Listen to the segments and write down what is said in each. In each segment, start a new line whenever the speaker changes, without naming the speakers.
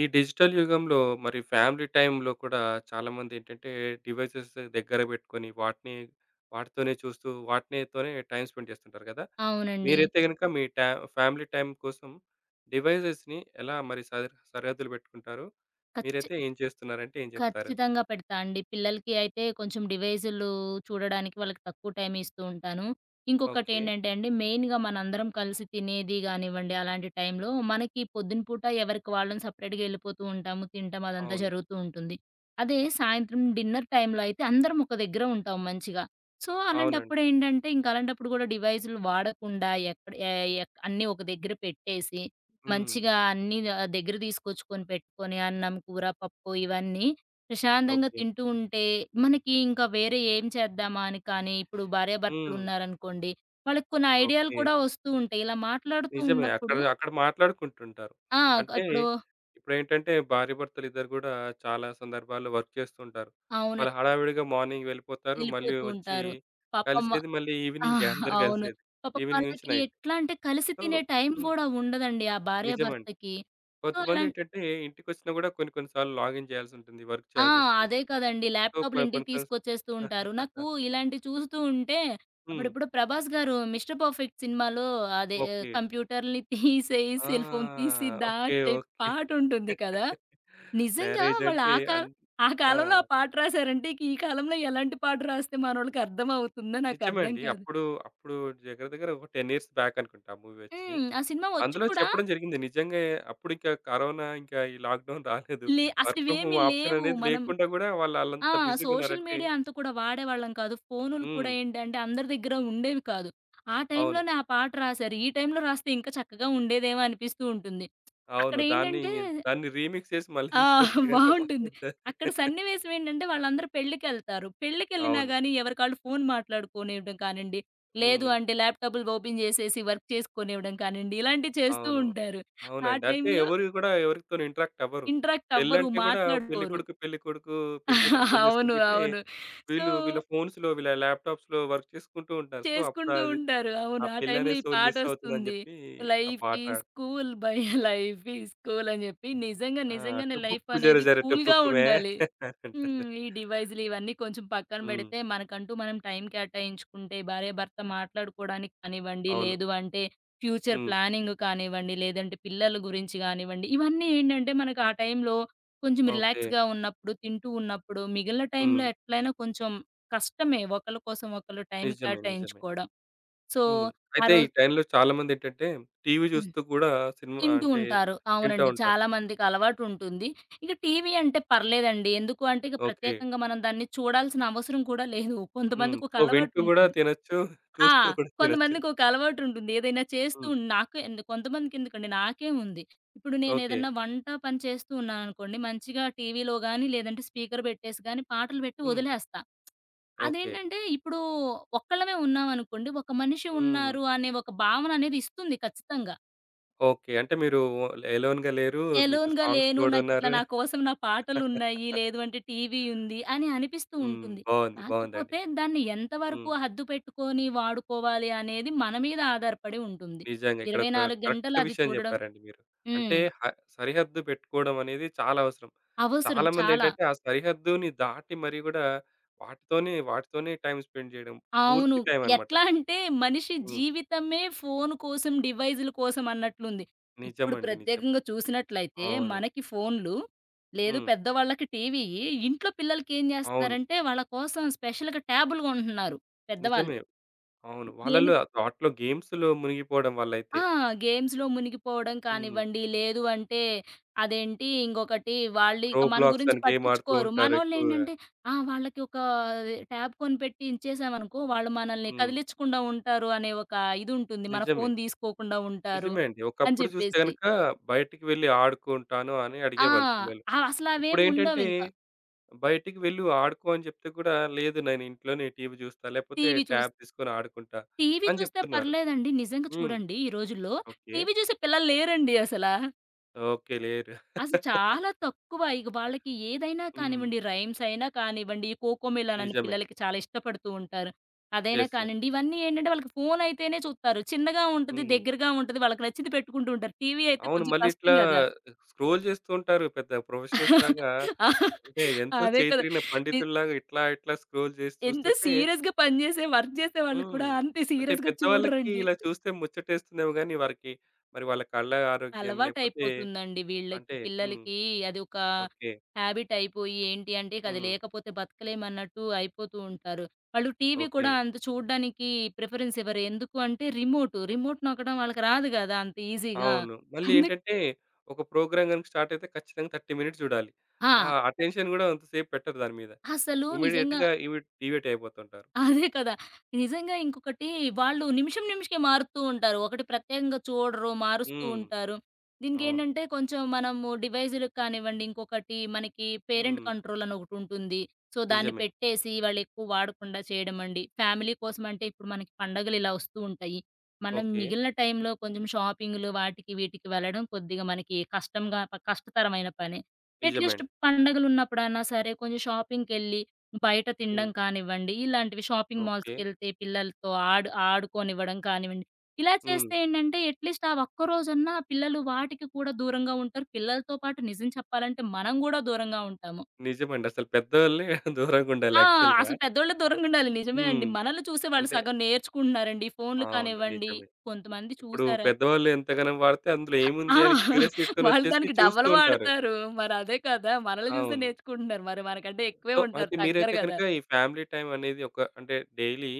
ఈ డిజిటల్ యుగంలో మరి ఫ్యామిలీ టైంలో కూడా చాలామంది ఏంటంటే డివైసెస్ దగ్గర పెట్టుకొని వాటితోనే చూస్తూ వాటినితోనే టైం స్పెండ్ చేస్తుంటారు కదా!
అవునండి.
మీరైతే గనుక మీ టా ఫ్యామిలీ టైం కోసం డివైసెస్‌ని ఎలా మరి సరిహద్దులు పెట్టుకుంటారు? మీరైతే
ఖచ్చితంగా.
ఏం చేస్తున్నారంటే ఏం చెప్తారు?
ఖచ్చితంగా పెడతా అండి. పిల్లలకి అయితే కొంచెం డివైజులు చూడడానికి వాళ్ళకి తక్కువ టైం ఇస్తూ ఉంటాను.
ఓకే.
ఇంకొకటేంటంటే అండి, మెయిన్‌గా మనందరం కలిసి తినేది గానివ్వండి, అలాంటి టైంలో మనకి పొద్దున పూట ఎవరికి వాళ్ళని సెపరేట్‌గా ఎళ్ళిపోతూ ఉంటాము, తింటాం అదంతా
అవును.
జరుగుతూ ఉంటుంది. అదే సాయంత్రం డిన్నర్ టైంలో అయితే అందరం ఒక దగ్గర ఉంటాం మంచిగా. సో,
అవునండి.
అలాంటప్పుడేంటంటే, ఇంక అలాంటప్పుడు గూడా డివైజులు వాడకుండా ఎక్కడ ఏ ఎక్ అన్నీ ఒక దగ్గర పెట్టేసి,
హ్మ్.
మంచిగా అన్నీ దగ్గర తీసుకొచ్చుకొని పెట్టుకొని అన్నం, కూర, పప్పు ఇవన్నీ ప్రశాంతంగా
ఓకే.
తింటూ ఉంటే, మనకి ఇంకా వేరే ఏం చేద్దామా అని కానీ, ఇప్పుడు భార్యాభర్తలు
హ్మ్.
ఉన్నారనుకోండి, వాళ్ళకి కొన్ని ఐడియాలు
ఓకే.
కూడా వస్తూ ఉంటాయి. ఇలా మాట్లాడుతూ
నిజమే. అక్కడ
ఉన్నప్పుడు
అక్కడ మాట్లాడుకుంటుంటారు.
ఆ!
అంటే
ఇప్పుడు
ఇప్పుడేంటంటే భార్యాభర్తలు ఇద్దరు గూడా చాలా సందర్భాల్లో వర్క్ చేస్తుంటారు. వాళ్ళు
అవునండి.
హడావిడిగా మార్నింగ్ వెళ్ళిపోతారు. మళ్ళీ
వెళ్ళిపోతూ
వచ్చి
ఉంటారు. పాపం వ
కలిసేది మళ్ళీ
ఆ!
ఈవినింగే అందరూ
అవును.
కలిసేది.
పాపం
ఈవినింగ్ నుంచి
వాళ్ళకి
నైట్.
ఎట్లా అంటే కలిసి
సో
తినే టైం
హ్మ్.
గూడా ఉండదండి ఆ
నిజమండి.
భార్యాభర్తకి. సో, అలా
కొంతమందేంటంటే ఇంటికొచ్చినా గూడా కొన్ని కొన్ని సార్లు లాగిన్ చేయాల్సుంటుంది. వర్క్
ఆ!
చేయాల్సొస్తుంది.
అదే కదండీ.
సో
ల్యాప్‌టాప్‌లు
కొన్ని
ఇంటికి
కొన్ని కొన్ని
తీసుకొచ్చేస్తూ ఉంటారు. నాకు ఇలాంటివి చూస్తూ ఉంటే
హ్మ్.
అప్పుడప్పుడు 'ప్రభాస్' గారు 'మిస్టర్ పర్ఫెక్ట్' సినిమాలో అదే
ఓకే.
కంప్యూటర్‌ని తీసేయి సెల్ ఫోన్
ఆ!
తీసి
ఓకే.
దాచేయి
ఓకే.
పాటుంటుంది కదా! నిజంగా వాళ్ళు
మ్యారేజంటే
ఆ కాల
అన్
ఆ
ఆ!
కాలంలో ఆ పాట రాసారంటే ఇక ఈ కాలంలో ఎలాంటి పాట రాస్తే మనోళ్ళకి అర్థమవుతుందో
నిజమే
నాకర్థం
అండి.
కాదు.
అప్పుడు దగ్గర దగ్గర ఒక 10 ఇయర్స్ బ్యాక్ అనుకుంటా ఆ మూవీ వచ్చి.
హ్మ్. ఆ సినిమా వచ్చి
అందులో
కూడా
చెప్పడం జరిగింది. నిజంగా అప్పుడింకా కరోనా, ఇంకా ఈ లాక్‌డౌన్ రాలేదు. వర్క్ ఫ్రమ్ హోమ్
అసలివేమీ
ఆప్షన్
లేవు.
అనేది
మనం
లేకుండా గూడా వాళ్ళు
ఆ!
ఆళ్ళంత
సోషల్
బిజీగున్నారంటే
మీడియా అంత కూడా వాడేవాళ్ళం కాదు. ఫోనులు
హ్మ్.
కూడా ఏంటంటే అందరి దగ్గర ఉండేవి కాదు. ఆ
అవును.
టైంలోనే ఆ పాట రాశారు. ఈ టైంలో రాస్తే ఇంకా చక్కగా ఉండేదేమో అనిపిస్తూ ఉంటుంది. అక్కడ
అవును.
ఏంటంటే
దాన్ని రీమిక్స్ చేసి మళ్ళీ
ఆ!
తీసుకొస్తే గనక
బావుంటుంది.
బాగుంటది.
అక్కడ సన్నివేశం ఏంటంటే వాళ్ళందరూ పెళ్ళికెళ్తారు. పెళ్ళికెళ్ళినా
అవును.
గానీ ఎవరికాళ్ళు ఫోను మాట్లాడుకోనివ్వడం కానివ్వండి, లేదు
హ్మ్.
అంటే ల్యాప్‌టాప్‌లు ఓపెన్ చేసేసి వర్క్ చేసుకొనివ్వడం కానివ్వండి, ఇలాంటివి చేస్తూ
అవును.
ఉంటారు. ఆ
అవునండి. అంటే
టైంలో
ఎవరు గూడా ఎవరితోని ఇంటరాక్ట్ అవ్వరు.
ఇంటరాక్ట్ అవ్వరు,
పెళ్ళంటే గూడా
మాట్లాడుకోరు.
పెళ్ళికొడుకు, పెళ్ళికూతురు పెళ్లి కొడుకు పెళ్లి కూతురు పెళ్లి
అవును.
చేసుకుంటుంటే
అవును. సో
వీళ్ళు వీళ్ళ ఫోన్స్‌లో, వీళ్ళ ల్యాప్‌టాప్స్‌లో వర్క్ చేసుకుంటూ ఉంటారు. సో, అప్పుడు
చేసుకుంటూ
అది
ఉంటారు. అవును.
ఆ
ఆ టైంలో
పెళ్ళనే
ఈ
సోల్ మిస్ అవుతుందని
పాటొస్తుంది.
చెప్పి ఆ
లైఫ్
పాట
is cool by life is cool అని జెప్పి నిజంగా
ఆ!
నిజంగానే లైఫ్
'టుపుక్కు జర
అనేది
జర
కూల్‌గా
టుపుక్ మే'
ఉండాలి.
అని అంటారు.
హ్మ్. ఈ డివైజులు ఇవన్నీ కొంచెం పక్కన
హ్మ్.
బెడితే, మనకంటూ మనం టైం కేటాయించుకుంటే, భార్యాభర్త మాట్లాడుకోవడానికి కానివ్వండి,
అవును.
లేదు అంటే ఫ్యూచర్
హ్మ్.
ప్లానింగ్ కానివ్వండి, లేదంటే పిల్లల గురించి గానివ్వండి, ఇవన్నీ ఏంటంటే మనకు ఆ టైంలో కొంచెం
ఓకే.
రిలాక్స్‌గా ఉన్నప్పుడు, తింటూ ఉన్నప్పుడు, మిగిలిన టైంలో
హ్మ్.
ఎట్లైనా కొంచెం కష్టమే ఒకళ్ళ కోసం ఒకళ్ళు టైం
నిజమే. నిజమే.
కేటాయించుకోవడం. సో,
హ్మ్.
ఆ
అయితే ఈ
రోజు
టైంలో చాలామందేంటంటే టీవీ
హ్మ్.
చూస్తూ కూడా సినిమా
తింటూ
అంటే
ఉంటారు.
తింటా
అవునండి.
ఉంటారు.
చాలా మందికలవాటుంటుంది. ఇక టీవీ అంటే పర్లేదండి. ఎందుకు అంటే ఇక
ఓకే.
ప్రత్యేకంగా మనం దాన్ని చూడాల్సిన అవసరం కూడా లేదు.
హ్మ్.
కొంతమందికొక
సో, వింటూ కూడా
అలవాటుంటుంది.
తినొచ్చు.
ఆ!
చూస్తూ కూడా తినొచ్చు.
కొంతమందికొక అలవాటుంటుంది. ఏదైనా చేస్తూ
హ్మ్.
నాకే ఎందు కొంతమందికెందుకండి నాకే ఉంది. ఇప్పుడు
ఓకే.
నేనేదన్నా వంట పని చేస్తూ ఉన్నాననుకోండి, మంచిగా టీవీలో గాని, లేదంటే స్పీకర్ పెట్టేసి గాని పాటలు పెట్టి
హ్మ్.
వదిలేస్తా.
ఓకే.
అదేంటంటే ఇప్పుడు ఒక్కళ్ళమే ఉన్నామనుకోండి, ఒక మనిషి
హ్మ్.
ఉన్నారు అనే ఒక భావననేది ఇస్తుంది ఖచ్చితంగా.
ఓకే. అంటే మీరు ఎలోన్‌గా లేరు. మీకు
ఎలోన్‌గా
సాంగ్స్
లేను. నాకిట్లా
తోడున్నారు.
నా కోసం నా పాటలున్నాయి. లేదు అంటే టీవీ ఉంది అని అనిపిస్తూ
హ్మ్.
ఉంటుంది.
బావుంది. బావుందండి.
కాకపోతే దాన్ని
హ్మ్.
ఎంతవరకు హద్దు పెట్టుకొని వాడుకోవాలి అనేది మన మీద ఆధారపడి ఉంటుంది.
నిజంగా ఇక్కడ ఒక
24
కరెక్ట్
గంటలు అది
విషయం
చూడడం
జెప్పారండి మీరు. అంటే
హ్మ్.
హ సరిహద్దు పెట్టుకోవడం అనేది చాలా అవసరం.
అవసరం చాలా.
చాలామందేంటంటే ఆ సరిహద్దుని దాటి మరి గూడా వాటితోనే టైమ్ స్పెండ్ జేయడం.
అవును.
పూర్తి టైమ్ అన్నమాట.
ఎట్లా అంటే మనిషి
హ్మ్.
జీవితమే ఫోను కోసం, డివైజుల కోసం అన్నట్లుంది. ఇప్పుడు
నిజమండి. నిజం.
ప్రత్యేకంగా చూసినట్లయితే
అవును.
మనకి ఫోన్లు, లేదు
హ్మ్.
పెద్దవాళ్ళకి టీవీ, ఇంట్లో పిల్లలకేం
అవును.
జేస్తున్నారంటే వాళ్ళ కోసం స్పెషల్‌గా ట్యాబులు గొంటున్నారు పెద్దవాళ్ళు.
నిజమే. అవును.
దేని
వాళ్ళలో వాటిలో గేమ్స్‌లో మునిగిపోవడం వల్లయితే.
ఆ! గేమ్స్‌లో మునిగిపోవడం
హ్మ్.
కానివ్వండి, లేదు అంటే అదేంటి ఇంకొకటి వాళ్ళిక మన
రోబ్లాక్స్
గురించి
అని గేమ్ ఆడుతూ
పట్టించుకోరు.
ఉంటారు ఎక్కువగా.
మనోళ్ళేంటంటే వాళ్ళకి ఒక ట్యాబ్ కొనిపెట్టి ఇచ్చేసామనుకో, వాళ్ళు మనల్ని
హ్మ్.
కదిలిచ్చకుండా ఉంటారు అనే ఒక ఇదుంటుంది. మన
నిజమే.
ఫోను తీసుకోకుండా ఉంటారు
నిజమే అండి.
అని
ఒకప్పుడు చూస్తే
చెప్పేసి.
గనుక బయటికి వెళ్లి ఆడుకుంటాను అని
ఆ!
అడిగేవాళ్ళు పిల్లలు.
ఆహ్, అసలవేమి
ఇప్పుడేంటంటే
ఉండవింక.
బయటికి వెళ్ళు ఆడుకో అని చెప్తే కూడా లేదు నేను ఇంట్లోనే టీవీ చూస్తా, లేకపోతే
టీవీ చూస్
ట్యాబ్ తీసుకొని ఆడుకుంటా
టీవీ
అని
చూస్తే
చెప్తున్నారు.
పర్లేదండి. నిజంగా
హ్మ్.
చూడండి ఈ రోజుల్లో
ఓకే.
టీవీ చూసే పిల్లలు లేరండి అసలా.
ఓకే. లేరు.
అసలు చాలా తక్కువ. ఇగ వాళ్ళకి ఏదైనా
హ్మ్.
కానివ్వండి, రైమ్స్ అయినా కానివ్వండి, కోకోమెలన్ అని
నిజమే.
పిల్లలకి చాలా ఇష్టపడుతూ ఉంటారు. అదైనా
యెస్. యెస్.
కానివ్వండి, ఇవన్నీ ఏంటంటే వాళ్ళకి ఫోన్ అయితేనే చూస్తారు. చిన్నగా ఉంటది,
హ్మ్.
దగ్గరగా ఉంటది. వాళ్ళకి నచ్చింది పెట్టుకుంటూ ఉంటారు. టీవీ అయితే
అవును.
కొంచెం
మళ్ళీ ఇట్లా
కష్టం గదా!
స్క్రోల్ చేస్తూ ఉంటారు పెద్ద ప్రొఫెషనల్స్ లాగా. అంటే ఎంతో
అదే
చేయి
కదా!
తిరిగిన
ని
పండితుల్లాగా ఇట్లా స్క్రోల్ చేసి
ఎంత
చూస్తుంటే
సీరియస్‌గా పనిచేసే, వర్క్ చేసే వాళ్ళు
హ్మ్.
కూడా అంతే
అంటే
సీరియస్‌గా
పెద్దవాళ్ళకి
చూడరండి.
ఇలా చూస్తే ముచ్చటేస్తుందేమో గానీ వారికి మరి వాళ్ళ కళ్ళ ఆరోగ్యం లేపోతే
అలవాటయిపోతుందండి వీళ్ళకి.
అంటే హ్మ్.
పిల్లలకి అది ఒక
ఓకే.
హాబిట్ అయిపోయి ఏంటి అంటే ఇక అది
హ్మ్.
లేకపోతే బతకలేమన్నట్టు అయిపోతూ ఉంటారు. వాళ్ళు టీవీ
ఓకే.
కూడా అంత చూడ్డానికి ప్రిఫరెన్స్ ఇవ్వరు. ఎందుకు అంటే రిమోటు. రిమోట్ నొక్కడం వాళ్ళకి రాదు గదా! అంత ఈజీగా.
అవును. మళ్ళీ
అందుక్
ఏంటంటే ఒక ప్రోగ్రామ్ గనుక స్టార్ట్ అయితే ఖచ్చితంగా 30 మినిట్స్ చూడాలి. ఆ
ఆ!
అటెన్షన్ గూడా అంతసేపు పెట్టరు దాని మీద.
అసలు నిజంగా
ఇమ్మీడియేట్‌గా ఇవి డివియేట్ అయిపోతుంటారు.
అదే కదా! నిజంగా ఇంకొకటి వాళ్ళు నిమిషకే మారుతూ ఉంటారు. ఒకటి ప్రత్యేకంగా చూడరు, మారుస్తూ
హ్మ్.
ఉంటారు.
అవును.
దీనికేంటంటే కొంచెం మనము డివైజులకు కానివ్వండి, ఇంకొకటి మనకి పేరెంట్
హ్మ్.
కంట్రోల్ అని ఒకటుంటుంది. సో, దాన్ని
నిజమే.
పెట్టేసి వాళ్ళెక్కువ వాడకుండా చేయడమండి. ఫ్యామిలీ కోసమంటే ఇప్పుడు మనకి పండగలు ఇలా వస్తూ ఉంటాయి. మనం
ఓకే.
మిగిలిన టైంలో కొంచెం షాపింగులు వాటికి, వీటికి వెళ్ళడం కొద్దిగా మనకి కష్టంగా ప కష్టతరమైన పనే.
నిజమే
అట్‌లీస్ట్
అండి.
పండగలున్నప్పుడన్నా సరే కొంచెం షాపింగ్‌కెళ్ళి బయట తినడం
హ్మ్.
కానివ్వండి, ఇలాంటివి షాపింగ్
ఓకే.
మాల్స్‌కెళ్తే పిల్లలతో ఆడుకోనివ్వడం కానివ్వండి. ఇలా
హ్మ్.
చేస్తే ఏంటంటే అట్‌లీస్ట్ ఆ ఒక్క రోజన్నా ఆ పిల్లలు వాటికి కూడా దూరంగా ఉంటారు. పిల్లలతో పాటు నిజం చెప్పాలంటే మనం గూడా దూరంగా ఉంటాము.
నిజమండి. అసలు పెద్దోళ్ళే దూరంగుండాలి
ఆ!
యాక్చువల్‌గా.
అసలు పెద్దోళ్ళే దూరంగుండాలి. నిజమే అండి.
హ్మ్.
మనల్ని చూసే వాళ్ళు
అంటే
సగం నేర్చుకుంటున్నారండి. ఈ ఫోన్‌లు
అవును.
కానివ్వండి,
నిజమే.
కొంతమంది
ఇప్పుడు
చూసారా
పెద్దవాళ్ళు ఎంతగనం వాడితే అందులో
ఆ!
ఏముంది అని క్యూరియాసిటీతోని
వాళ్ళు దానికి
వచ్చేసి చూస్తూ
డబల్
ఉంటారు.
వాడతారు. మరదే కదా! మనల్ని చూసే
అవును.
నేర్చుకుంటున్నారు. మరి మనకంటే ఎక్కువే
సో,
ఉంటారు.
అయితే మీరైతే
తగ్గరు
గనుక
గదా!
ఈ ఫ్యామిలీ టైమ్ అనేది ఒక అంటే డైలీ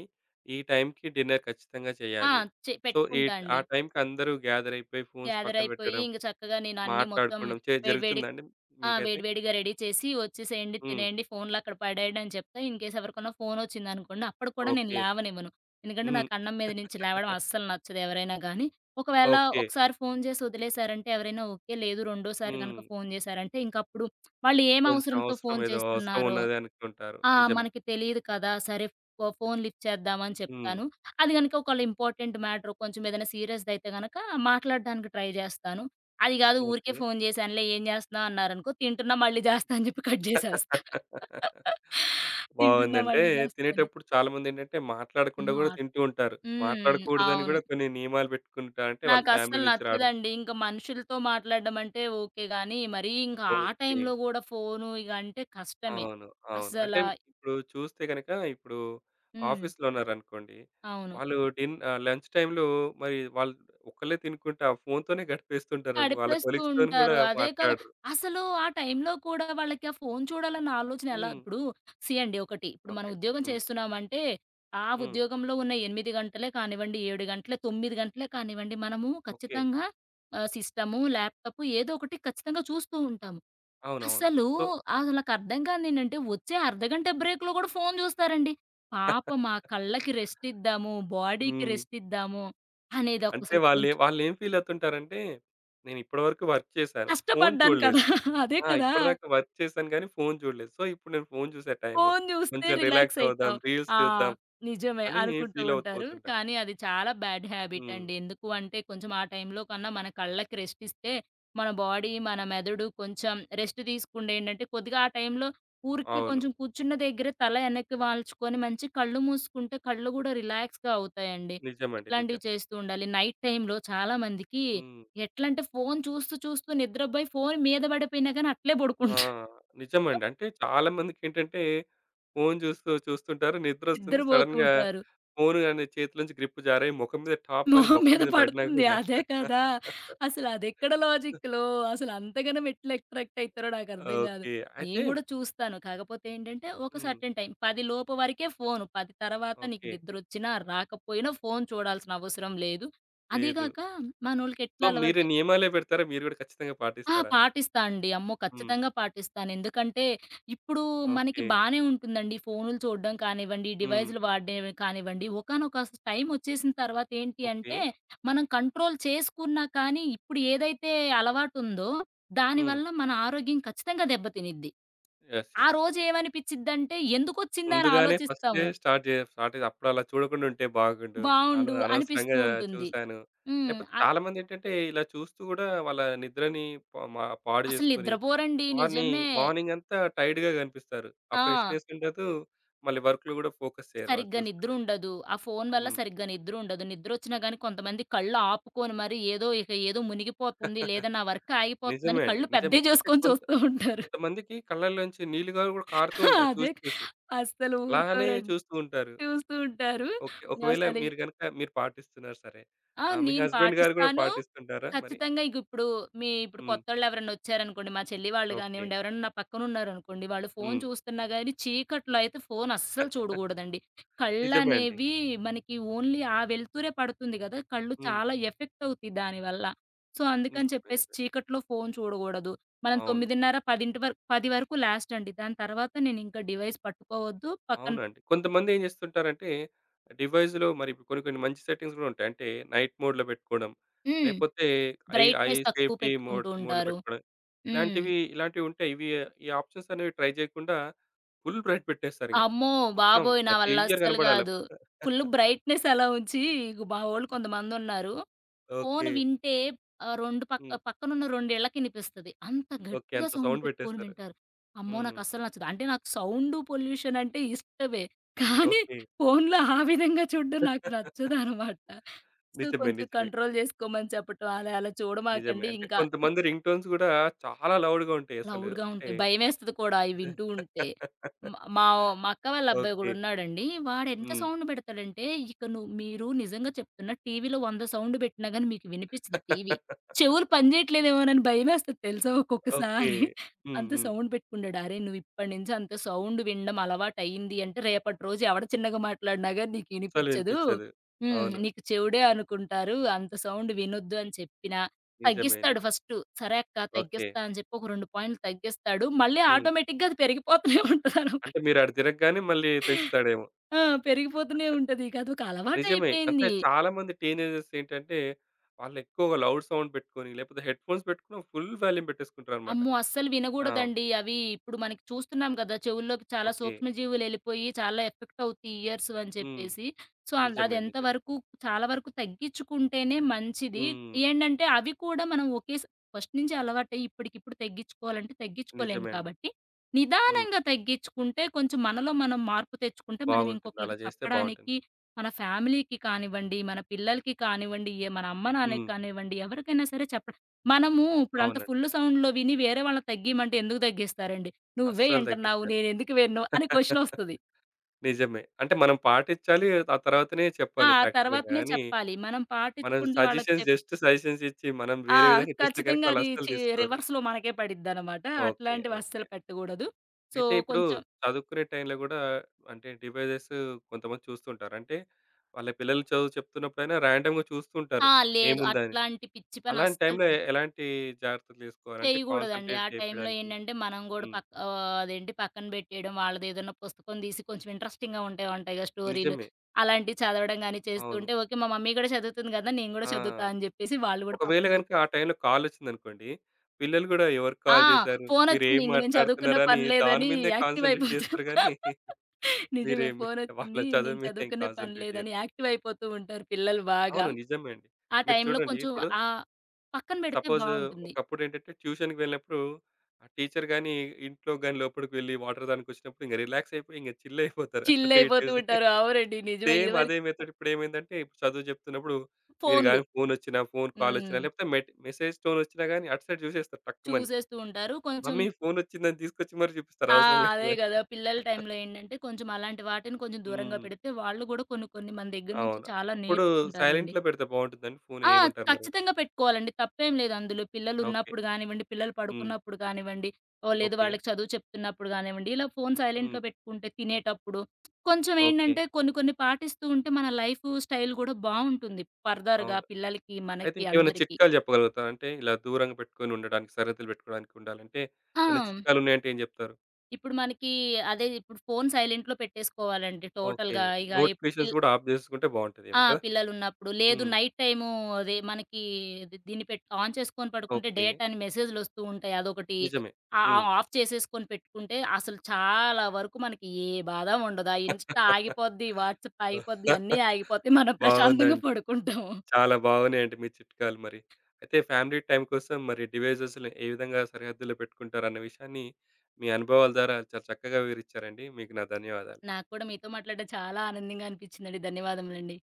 ఈ టైంకి డిన్నర్ ఖచ్చితంగా
ఆ!
చేయాలి.
చే
సో, ఈ
పెట్టుకుంటా
ఆ
అండి.
టైంకి అందరూ గ్యాదర్ అయిపోయి ఫోన్స్
గ్యాదర్
పక్కన
అయిపోయి
పెట్టడం,
ఇంక చక్కగా నేనన్నీ మొత్తం
మాట్లాడుకోవడం
వేడివేడి
జరుగుతుందా అండి
ఆ!
మీకైతే?
వేడివేడిగా రెడీ చేసి, "ఒచ్చేసేయండి,
హ్మ్.
తినేయండి, ఫోన్‌లక్కడ పడేయండి" అని చెప్తా. ఇన్‌కేస్ ఎవరికన్నా ఫోనొచ్చిందనుకోండి, అప్పుడు కూడా నేను
ఓకే.
లేవనివ్వను. ఎందుకంటే,
హ్మ్.
నాకు అన్నం మీద నుంచి లేవడం అస్సలు నచ్చదు ఎవరైనా గానీ. ఒకవేళ
ఓకే.
ఒకసారి ఫోను చేసి వదిలేసారంటే ఎవరైనా ఓకే. లేదు రెండోసారి
హ్మ్.
గనక ఫోను చేశారంటే, ఇంకప్పుడు వాళ్ళు ఏం
కొంచెం
అవసరంతో
అవసరం
ఫోను
ఏదో అవసరం
చేస్తున్నారో
ఉన్నది అనుకుంటారు.
ఆ!
నిజమే.
మనకి తెలీదు కదా! సరే ఫోన్ లిఫ్ట్ చేద్దామని
హ్మ్.
చెప్తాను. అది గనుక ఒకవేళ ఇంపార్టెంట్ మ్యాటర్ కొంచెం ఏదైనా సీరియస్‌దయితే గనక మాట్లాడడానికి ట్రై జేస్తాను. అది గాదు ఊరికే
ఓకే.
ఫోన్ జేశానులే ఏం జేస్తున్నావు అన్నారనుకో తింటున్నా మళ్ళీ జేస్తా అని జెప్పి కట్ జేసేస్తా. తింటున్నా
బావుందంటే
మళ్ళీ జేస్తా అని.
తినేటప్పుడు చాలామందేంటంటే మాట్లాడకుండా గూడా
మాట్
తింటూ ఉంటారు.
హ్మ్.
మాట్లాడకూడదని
అవును.
గూడా కొన్ని నియమాలు పెట్టుకుంటా అంటే వాళ్ళ ఫ్యామిలీ
నాకస్సలు
నుంచి రావడం.
నచ్చదండి. ఇంక మనుషులతో మాట్లాడడం అంటే ఓకే గానీ, మరీ ఇంకా ఆ
ఓకే.
టైంలో గూడా ఫోను ఇగ అంటే కష్టమే.
అవును. అవును.
అస్సల
అంటే ఇప్పుడు చూస్తే గనక ఇప్పుడు
హ్మ్.
ఆఫీస్‌లో ఉన్నారనుకోండి.
అవును.
వాళ్ళు లంచ్ టైమ్‌లో మరి వాళ్ళు ఒక్కళ్ళే తినుకుంటా ఆ ఫోన్‌తోనే గడిపేస్తుంటారు. వాళ్ళ
గడిపేస్తూ
కొలీగ్స్‌తోని గూడా
ఉంటారు. అదే కదా!
మాట్లాడరు.
అసలు ఆ టైంలో కూడా వాళ్ళకి ఆ ఫోను చూడాలన్న ఆలోచన ఎలా
హ్మ్.
ఇప్పుడు సీ అండి ఒకటి ఇప్పుడు మనం
ఓకే.
ఉద్యోగం
హ్మ్.
చేస్తున్నామంటే, ఆ
హ్మ్.
ఉద్యోగంలో ఉన్న 8 గంటలే కానివ్వండి, 7 గంటలే, 9 గంటలే కానివ్వండి, మనము
ఓకే.
ఖచ్చితంగా సిస్టము, ల్యాప్‌టాప్ ఏదో ఒకటి ఖచ్చితంగా చూస్తూ ఉంటాము.
అవునవును.
అసలు
సో
అసలు నాకర్థం కానిదేంటంటే వచ్చే అర్ధగంట బ్రేక్‌లో కూడా ఫోను చూస్తారండి. పాపం ఆ కళ్ళకి రెస్ట్ ఇద్దాము, బాడీకి
హ్మ్.
రెస్ట్ ఇద్దాము అనేది ఒక
అంటే
అసలు కొం
వాళ్ళేం ఫీల్ అవుతుంటారంటే, నేను ఇప్పటివరకు వర్క్ చేశాను. ఫోను
కష్టపడ్డాను
చూడలేదు.
కదా! అదే
ఆ!
కదా!
ఇప్పటిదాకా వర్క్ చేశాను గానీ, ఫోను చూడలేదు. సో, ఇప్పుడు నేను ఫోను చూసే టైము.
ఫోను జూస్తే
కొంచెం
రిలాక్స్
రిలాక్స్ అవుదాం,
అయితావు.
రీల్స్
ఆ!
చూద్దాం
నిజమే
అని
అనుకుంటూ
ఫీల్
ఉంటారు.
అవుపోతుంటారు.
కానీ అది చాలా బ్యాడ్ హ్యాబిట్
హ్మ్.
అండి. ఎందుకు అంటే కొంచెం ఆ టైంలో కన్నా మన కళ్ళకి రెస్ట్ ఇస్తే మన బాడీ, మన మెదడు కొంచెం రెస్ట్ తీసుకుండా ఏంటంటే కొద్దిగా ఆ టైంలో ఊరికే
అవును.
కొంచెం కూర్చున్న దగ్గర తల వెనక్కి వాల్చుకొని మంచి కళ్ళు మూసుకుంటే కళ్ళు గూడా రిలాక్స్‌గా అవుతాయండి.
నిజమండి.
ఇట్లాంటివి
నిజం.
చేస్తూ ఉండాలి. నైట్ టైంలో చాలామందికి
హ్మ్.
ఎట్లంటే ఫోను చూస్తూ చూస్తూ నిద్రపోయి ఫోను మీద పడిపోయినా గాని అట్లే
ఆ!
పడుకుంటారు.
నిజమండి. అంటే చాలా మందికేంటంటే, ఫోను చూస్తుంటారు. నిద్రొస్తుంది.
నిద్రపోతూ
సడెన్‌గా
ఉంటారు.
ఫోను గాని చేతిలో నుంచి గ్రిప్ జారి మొఖం మీద టాప్ అని
మొహం
మొఖం
మీద
మీద పడినా
పడుతుంది.
గూడా
అదే కదా! అసలదెక్కడ లాజిక్‌లో అసలంతగనం ఎట్లా అట్రాక్ట్ అయితారో నాకర్థం గాదు.
ఓకే. అయితే
నేను గూడా చూస్తాను. కాకపోతే ఏంటంటే, ఒక
హ్మ్.
సర్టెన్ టైం 10 లోపు వరకే ఫోను. 10 తర్వాత నీకు
ఓకే.
నిద్రొచ్చినా, రాకపోయినా ఫోను చూడాల్సిన అవసరం లేదు. అదీ
లేదు.
గాక
సో,
మనోళ్ళకెట్లా
మీరు
అలవాటు
నియమాలే పెడతారా? మీరు గూడా ఖచ్చితంగా పాటిస్తారా?
పాటిస్తా అండి. అమ్మో!
హ్మ్.
ఖచ్చితంగా పాటిస్తాను. ఎందుకంటే, ఇప్పుడు మనకి
ఓకే.
బానే ఉంటుందండి. ఫోనులు చూడడం కానివ్వండి,
హ్మ్.
డివైజులు వాడడం కానివ్వండి, ఒకానొక టైమొచ్చేసిన తర్వాత ఏంటి
ఓకే.
అంటే, మనం కంట్రోల్ చేసుకున్నా కానీ, ఇప్పుడు ఏదైతే అలవాటుందో,
హ్మ్.
దానివల్ల మన ఆరోగ్యం ఖచ్చితంగా దెబ్బతినిద్ది.
యెస్.
ఆ
యెస్.
రోజు ఏమనిపిచ్చిద్దంటే, ఎందుకొచ్చిందా అని
ముందుగానే ఫస్టే
ఆలోచిస్తాము.
స్టార్ట్ జే స్టార్ట్ చేసి అప్పుడు అలా చూడకుండా ఉంటే బాగుండు. అలా
బావుండు
అనవసరంగా
అనిపిస్తూ ఉంటుంది.
చూసాను.
హ్మ్.
లేకపోతే
అ
చాలామందేంటంటే ఇలా చూస్తూ గూడా వాళ్ళ నిద్రని ప మా పాడు
అసలు
జేసుకొని
నిద్రపోరండి.
మార్ని
నిజమే.
మార్నింగ్ అంతా టైర్డ్‌గా గనిపిస్తారు. ఆ
ఆ!
ఫ్రెష్‌నెస్ ఉండదు. మళ్ళీ వర్క్‌లో గూడా ఫోకస్ చేయరు వాళ్ళు
సరిగ్గా
చూస్తుంటే.
నిద్రుండదు. ఆ ఫోను వల్ల
హ్మ్.
సరిగ్గా నిద్రుండదు. నిద్రొచ్చినా గానీ కొంతమంది కళ్ళు ఆపుకోని మరి ఏదో ఇక ఏదో మునిగిపోతుంది, లేదా నా వర్క్
నిజమే
ఆగిపోతుందని
అండి.
కళ్ళు
నిజమే.
పెద్దయి
అంటే
జేసుకొని
కొంత
చూస్తూ ఉంటారు.
కొంతమందికి కళ్ళల్లోంచి నీళ్ళు కూడా కారుతూ ఉంటాయి
అదే
చూసి చూసి.
అస్సలు
అలానే
ఊరుకోరండి.
చూస్తూ ఉంటారు.
చూస్తూ ఉంటారు.
ఓకే. ఒకవేళ
అసలు
మీరు గనుక మీరు పాటిస్తున్నారు సరే.
ఆ!
ఆహ్, మీ
నేను
హస్బెండ్ గారు గూడా
పాటిస్తాను.
పాటిస్తుంటారా మరి?
ఖచ్చితంగా ఇగిప్పుడు ఇప్పుడు
హ్మ్.
కొత్తోళ్ళెవరన్నా ఒచ్చారనుకోండి, మా చెల్లి వాళ్ళు
ఓకే.
గానివ్వండి, ఎవరైనా నా పక్కనున్నారనుకోండి, వాళ్ళు ఫోను
హ్మ్.
చూస్తున్నా గాని చీకట్లో అయితే ఫోను అస్సలు చూడగూడదండి.
నిజమే అండి.
కళ్ళనేవి మనకి ఓన్లీ ఆ వెలుతురే పడుతుంది గదా! కళ్ళు
హ్మ్.
చాలా ఎఫెక్ట్ అవుతాయి దానివల్ల. సో, అందుకని
నిజమే.
చెప్పేసి
నిజమే.
చీకట్లో ఫోను చూడగూడదు. మనం
అవును.
9:30, 10 వరకు లాస్ట్ అండి. దాని తర్వాత నేనింకా డివైస్ పట్టుకోవద్దు.
అవునండి. కొంతమందేం చేస్తుంటారంటే డివైస్‌లో మరి ఇప్పుడు కొన్ని కొన్ని మంచి సెట్టింగ్స్ గూడా ఉంటాయి. అంటే నైట్ మోడ్‌లో పెట్టుకోవడం.
హ్మ్.
లేకపోతే ఐ ఐ
బ్రైట్‌నెస్ తక్కువ
సేఫ్టీ మోడ్
పెట్టుకుంటూ
మోడ్‌లో
ఉంటారు.
పెట్టుకోవడం.
హ్మ్.
ఇలాంటివి ఇలాంటివి ఉంటాయి. ఇవి ఈ ఆప్షన్స్ అనేవి ట్రై చేయకుండా ఫుల్ బ్రైట్ పెట్టేస్తారింక.
అమ్మో!
మొత్తం
బాబోయ్! నా వల్ల
క్లియర్
అస్సలు
కనపడాలి.
గాదు. ఫుల్ బ్రైట్‌నెస్ అలా ఉంచి ఇగ మా వోళ్ళు కొంతమందున్నారు. Phone
okay.
వింటే 2 పక్క
హ్మ్.
పక్కనున్న 2 ఇళ్ళకినిపిస్తది. అంత
ఓకే.
గట్టిగా
అంత
సౌండ్
సౌండ్
పెట్టుకొని
పెట్టేస్తారు.
వింటారు. అమ్మో!
హ్మ్.
నాకస్సలు నచ్చదు. అంటే నాకు సౌండు పొల్యూషన్ అంటే ఇష్టమే. కానీ
ఓకే.
ఫోన్‌లో ఆ విధంగా చూడడం నాకు నచ్చదనమాట. సో,
నిజమే.
కొంచెం
నిజమే.
కంట్రోల్ జేసుకోమని చెప్పటం, అలా అలా
నిజమే.
చూడమాకండి
అంటే
ఇంకా
కొంతమంది రింగ్ టోన్స్ గూడా చాలా లౌడ్‌గా ఉంటాయి అసలు.
లౌడ్‌గా
అంటే
ఉంటాయి. భయమేస్తది కూడా అయి వింటూ ఉంటే. మ మా మా అక్క వాళ్ళ అబ్బాయి
ఓకే.
గూడున్నాడండి. వాడెంత
హ్మ్.
సౌండ్ పెడతాడంటే, ఇక ను మీరు నిజంగా చెప్తున్నా టీవీలో 100 సౌండ్ పెట్టినా గాని మీకు వినిపిచ్చదు టీవీ. చెవులు పనిజేయట్లేదేమోనని భయమేస్తది తెలుసా
ఓకే.
ఒక్కొక్కసారి.
హ్మ్.
అంత
హ్మ్.
సౌండ్ పెట్టుకుంటాడు. అరే! నువ్వు ఇప్పటి నుంచి అంత సౌండ్ వినడం అలవాటయింది అంటే, రేపటి రోజు ఎవడ చిన్నగా మాట్లాడినా గాని నీకు
అస్సలు
ఇనిపిచ్చదు.
వినిపించదు.
హ్మ్.
అవును.
నీకు చెవుడే అనుకుంటారు. అంత సౌండ్ వినొద్దు అని చెప్పినా
నిజమే. నిజం.
తగ్గిస్తాడు ఫస్టు. సరే అక్క
ఓకే.
తగ్గిస్తా అని చెప్పి ఒక 2 పాయింట్లు తగ్గిస్తాడు. మళ్ళీ
హ్మ్.
ఆటోమేటిక్‌గా అది పెరిగిపోతూనే ఉంటదనమాట.
అంటే మీరు అటు తిరగగానే మళ్ళీ పెంచుతాడేమో.
ఆ! పెరిగిపోతూనే ఉంటది. ఇక అదొక
నిజమే. అంటే
అలవాటయిపోయింది.
చాలా మంది టీనేజర్స్ ఏంటంటే, వాళ్ళు ఎక్కువగా లౌడ్ సౌండ్ పెట్టుకొని, లేకపోతే హెడ్‌ఫోన్స్ పెట్టుకొని ఫుల్ వాల్యూమ్ పెట్టేసుకుంటారనమాట.
అమ్మో! అస్సలు
ఆ!
వినగూడదండి. అవి ఇప్పుడు మనకి చూస్తున్నాం గదా! చెవుల్లోకి చాలా
ఓకే.
సూక్ష్మజీవులెళ్ళిపోయి చాలా ఎఫెక్ట్ అవుతాయి ఇయర్స్ అని
హ్మ్.
చెప్పేసి. సో, అన్
నిజమే.
అదెంత
నిజమే.
వరకు చాలా వరకు తగ్గించుకుంటేనే మంచిది.
హ్మ్.
ఏంటంటే అవి కూడా మనం ఒకేస్ ఫస్ట్ నుంచి అలవాటయ్యి ఇప్పటికిప్పుడు తగ్గించుకోవాలంటే తగ్గించుకోలేము
నిజమే అండి.
కాబట్టి,
హ్మ్.
నిదానంగా తగ్గించుకుంటే కొంచెం మనలో మనం మార్పు తెచ్చుకుంటే మనం
బాగుంటుంది. అలా
ఇంకొకళ్ళకి
చేస్తే బాగుంటుంది.
చెప్పడానికి మన ఫ్యామిలీకి కానివ్వండి, మన పిల్లలకి కానివ్వండి, ఏ మన అమ్మ నాన్నకి
హ్మ్.
కానివ్వండి ఎవరికైనా సరే చెప్ప మనము ఇప్పుడంత
అవునండి.
ఫుల్ సౌండ్‌లో విని వేరే వాళ్ళని తగ్గియమంటే ఎందుకు తగ్గిస్తారండి? నువ్వే
అస్సలు
ఇంటన్నావు
తగ్గించరు.
నేనెందుకు వినను అని క్వెషనొస్తది.
నిజమే. అంటే మనం పాటించాలి. ఆ తర్వాతనే
ఆ!
చెప్పాలి ప్రాక్టికల్‌గా
తర్వాతనే
గానీ,
చెప్పాలి. మనం
మనం
పాటించకుండా వాళ్ళకి
సజెషన్స్
చెప్
జస్ట్ సజెషన్స్ ఇచ్చి, మనం
ఆ!
వేరే విధంగా చేస్తే గనుక
ఖచ్చితంగా
వాళ్ళు
అది
అస్సలు
చి
తీసుకోరు.
రివర్స్‌లో మనకే పడిద్దనమాట.
ఓకే.
అట్లాంటివి
ఓకే.
అస్సలు పెట్టకూడదు. సో,
అయితే ఇప్పుడు
కొంచెం
చదువుకునే టైంలో గూడా అంటే డివైజెస్ కొంతమంది చూస్తుంటారు. అంటే వాళ్ళ పిల్లలు చదువు చెప్తున్నప్పుడైనా ర్యాండమ్‌గా చూస్తుంటారు.
ఆ! లేదు.
ఏముందని.
అట్లాంటి పిచ్చి పని
అలాంటి
అస్సలు
టైంలో ఎలాంటి జాగ్రత్తలు తీసుకోవాలి? అంటే
చేయగూడదండి.
కాన్సంట్రేట్
ఆ టైంలో
జేపియడానికి.
ఏంటంటే, మనం గూడా
హ్మ్.
పక్ ఆహ్, అదేంటి పక్కన బెట్టేయడం, వాళ్ళదేదన్నా పుస్తకం దీసి కొంచెం ఇంట్రెస్టింగ్‌గా ఉంటాయిగా స్టోరీలు.
నిజమే.
అలాంటివి చదవడం గానీ చేస్తూ
అవును.
ఉంటే, ఓకే. మా మమ్మీ గూడా చదువుతుంది గదా! నేను గూడా చదువుతా
ఆ!
అని జెప్పేసి వాళ్ళు గూడా
ఒకవేళ
పాపం కొంచెం
గనుక ఆ టైంలో కాలొచ్చిందనుకోండి. పిల్లలు గూడా ఎవరు
ఆ!
కాల్ జేశారు?
ఫోనొచ్చింది.
మీరేం
ఇంక నేను చదువుకునే
మాట్లాడుతున్నారని
పని
దాని
లేదని
మీదనే
యాక్టివ్
కాన్సంట్రేట్
అయిపోతా.
జేస్తారు గానీ
నిజమే.
మీరేమి వాళ్ళ
ఫోనొచ్చింది.
చదువు
నేను
మీద ఏం
చదువుకునే పని
కాన్సంట్రేట్ జేయరు.
లేదని యాక్టివ్ అయిపోతూ ఉంటారు పిల్లలు బాగా.
అవును. నిజమే అండి.
ఆ
మీరు
టైంలో
చూడండి
కొంచెం
ఇప్పుడు
ఆహ్, పక్కన బెడితే
సపోజ్
బావుంటుంది.
ఒకప్పుడేంటంటే ట్యూషన్‌కి వెళ్ళినప్పుడు ఆ టీచర్ గాని ఇంట్లో గాని లోపలికి వెళ్లి వాటర్ తాగడానికి వచ్చినప్పుడు ఇంక రిలాక్స్ అయిపోయి ఇంక చిల్ అయిపోతారు.
చిల్
అటు ఇటు
అయిపోతూ
చూసి
ఉంటారు. అవునండి. నిజమే.
సేమ్ అదే
ఇదివరకు
మెథడ్ ఇప్పుడేమైందంటే ఇప్పుడు చదువు చెప్తున్నప్పుడు మీరు
ఫోన్లు.
గాని ఫోనొచ్చినా, ఫోన్ కాలొచ్చినా
హ్మ్.
లేకపోతే మెసేజ్ టోనొచ్చినా గాని అటు సైడ్ చూసేస్తారు టక్కుమని.
చూసేస్తూ ఉంటారు. కొంచెం
మమ్మీ ఫోనొచ్చిందని తీసుకొచ్చి మరి చూపిస్తారు
ఆ!
అవసరం
అదే
లేకపోయినా.
గదా! పిల్లల టైంలో ఏంటంటే, కొంచెం అలాంటి వాటిని కొంచెం దూరంగా
హ్మ్.
పెడితే వాళ్ళు గూడా కొన్ని, కొన్ని మన దగ్గర నుంచి
అవును.
చాలా
అప్పుడు
నేర్చుకుంటారండి.
సైలెంట్‌లో పెడితే బావుంటుందండి ఫోను
ఆ!
ఏమంటారు మరి?
ఖచ్చితంగా పెట్టుకోవాలండి. తప్పేం లేదు అందులో.
ఓకే.
పిల్లలున్నప్పుడు గానివ్వండి, పిల్లలు
హ్మ్.
పడుకున్నప్పుడు కానివ్వండి, ఓహ్! లేదు
ఓకే.
వాళ్ళకి చదువు చెప్తున్నప్పుడు గానివ్వండి, ఇలా ఫోన్
హ్మ్.
సైలెంట్‌లో పెట్టుకుంటే తినేటప్పుడు, కొంచెం
ఓకే.
ఏంటంటే కొన్ని, కొన్ని పాటిస్తూ ఉంటే మన లైఫ్ స్టైల్ గూడా బావుంటుంది. ఫర్దర్‌గా
అవును.
పిల్లలకి,
అయితే
మనకి
ఇంకేమైనా
అందరికీ.
చిట్కాలు చెప్పగలుగుతారా? అంటే ఇలా దూరంగా పెట్టుకొని ఉండడానికి, సరిహద్దులు పెట్టుకోవడానికి ఉండాలంటే
ఆ!
ఏదైనా చిట్కాలు ఉన్నాయంటే ఏం చెప్తారు?
ఇప్పుడు మనకి అదే ఇప్పుడు ఫోను సైలెంట్‌లో పెట్టేసుకోవాలండి
ఓకే.
టోటల్‌గా. ఇగ ఎప్
నోటిఫికేషన్స్
పిల్
కూడా ఆఫ్ చేసుకుంటే
ఆ!
బావుంటదేమో కదా!
పిల్లలున్నప్పుడు. లేదు
హ్మ్.
నైట్ టైము అదే మనకి ది దీన్ని పెట్ ఆన్ చేసుకొని పడుకుంటే
ఓకే.
డేటా అని మెసేజులొస్తూ ఉంటాయి. అదొకటి
నిజమే.
ఆ ఆ
హ్మ్.
ఆఫ్ చేసేసుకొని పెట్టుకుంటే అసలు చాలా వరకు మనకి ఏ బాధ ఉండదు. ఆ ఇన్‌స్టా ఆగిపోద్ది, వాట్సాప్ ఆగిపోద్ది, అన్నీ ఆగిపోతాయి. మనం ప్రశాంతంగా
బావుందండి.
పడుకుంటాము.
చాలా బాగున్నాయండి మీ చిట్కాలు మరి. అయితే ఫ్యామిలీ టైమ్ కోసం మరి డివైజెస్‌ని ఏ విధంగా సరిహద్దులో పెట్టుకుంటారన్న విషయాన్ని మీ అనుభవాల ద్వారా చాలా చక్కగా వివరిచ్చారండి. మీకు నా ధన్యవాదాలు.
నాకు కూడా మీతో మాట్లాడడం చాలా ఆనందంగా అనిపించిందండి. ధన్యవాదములండి.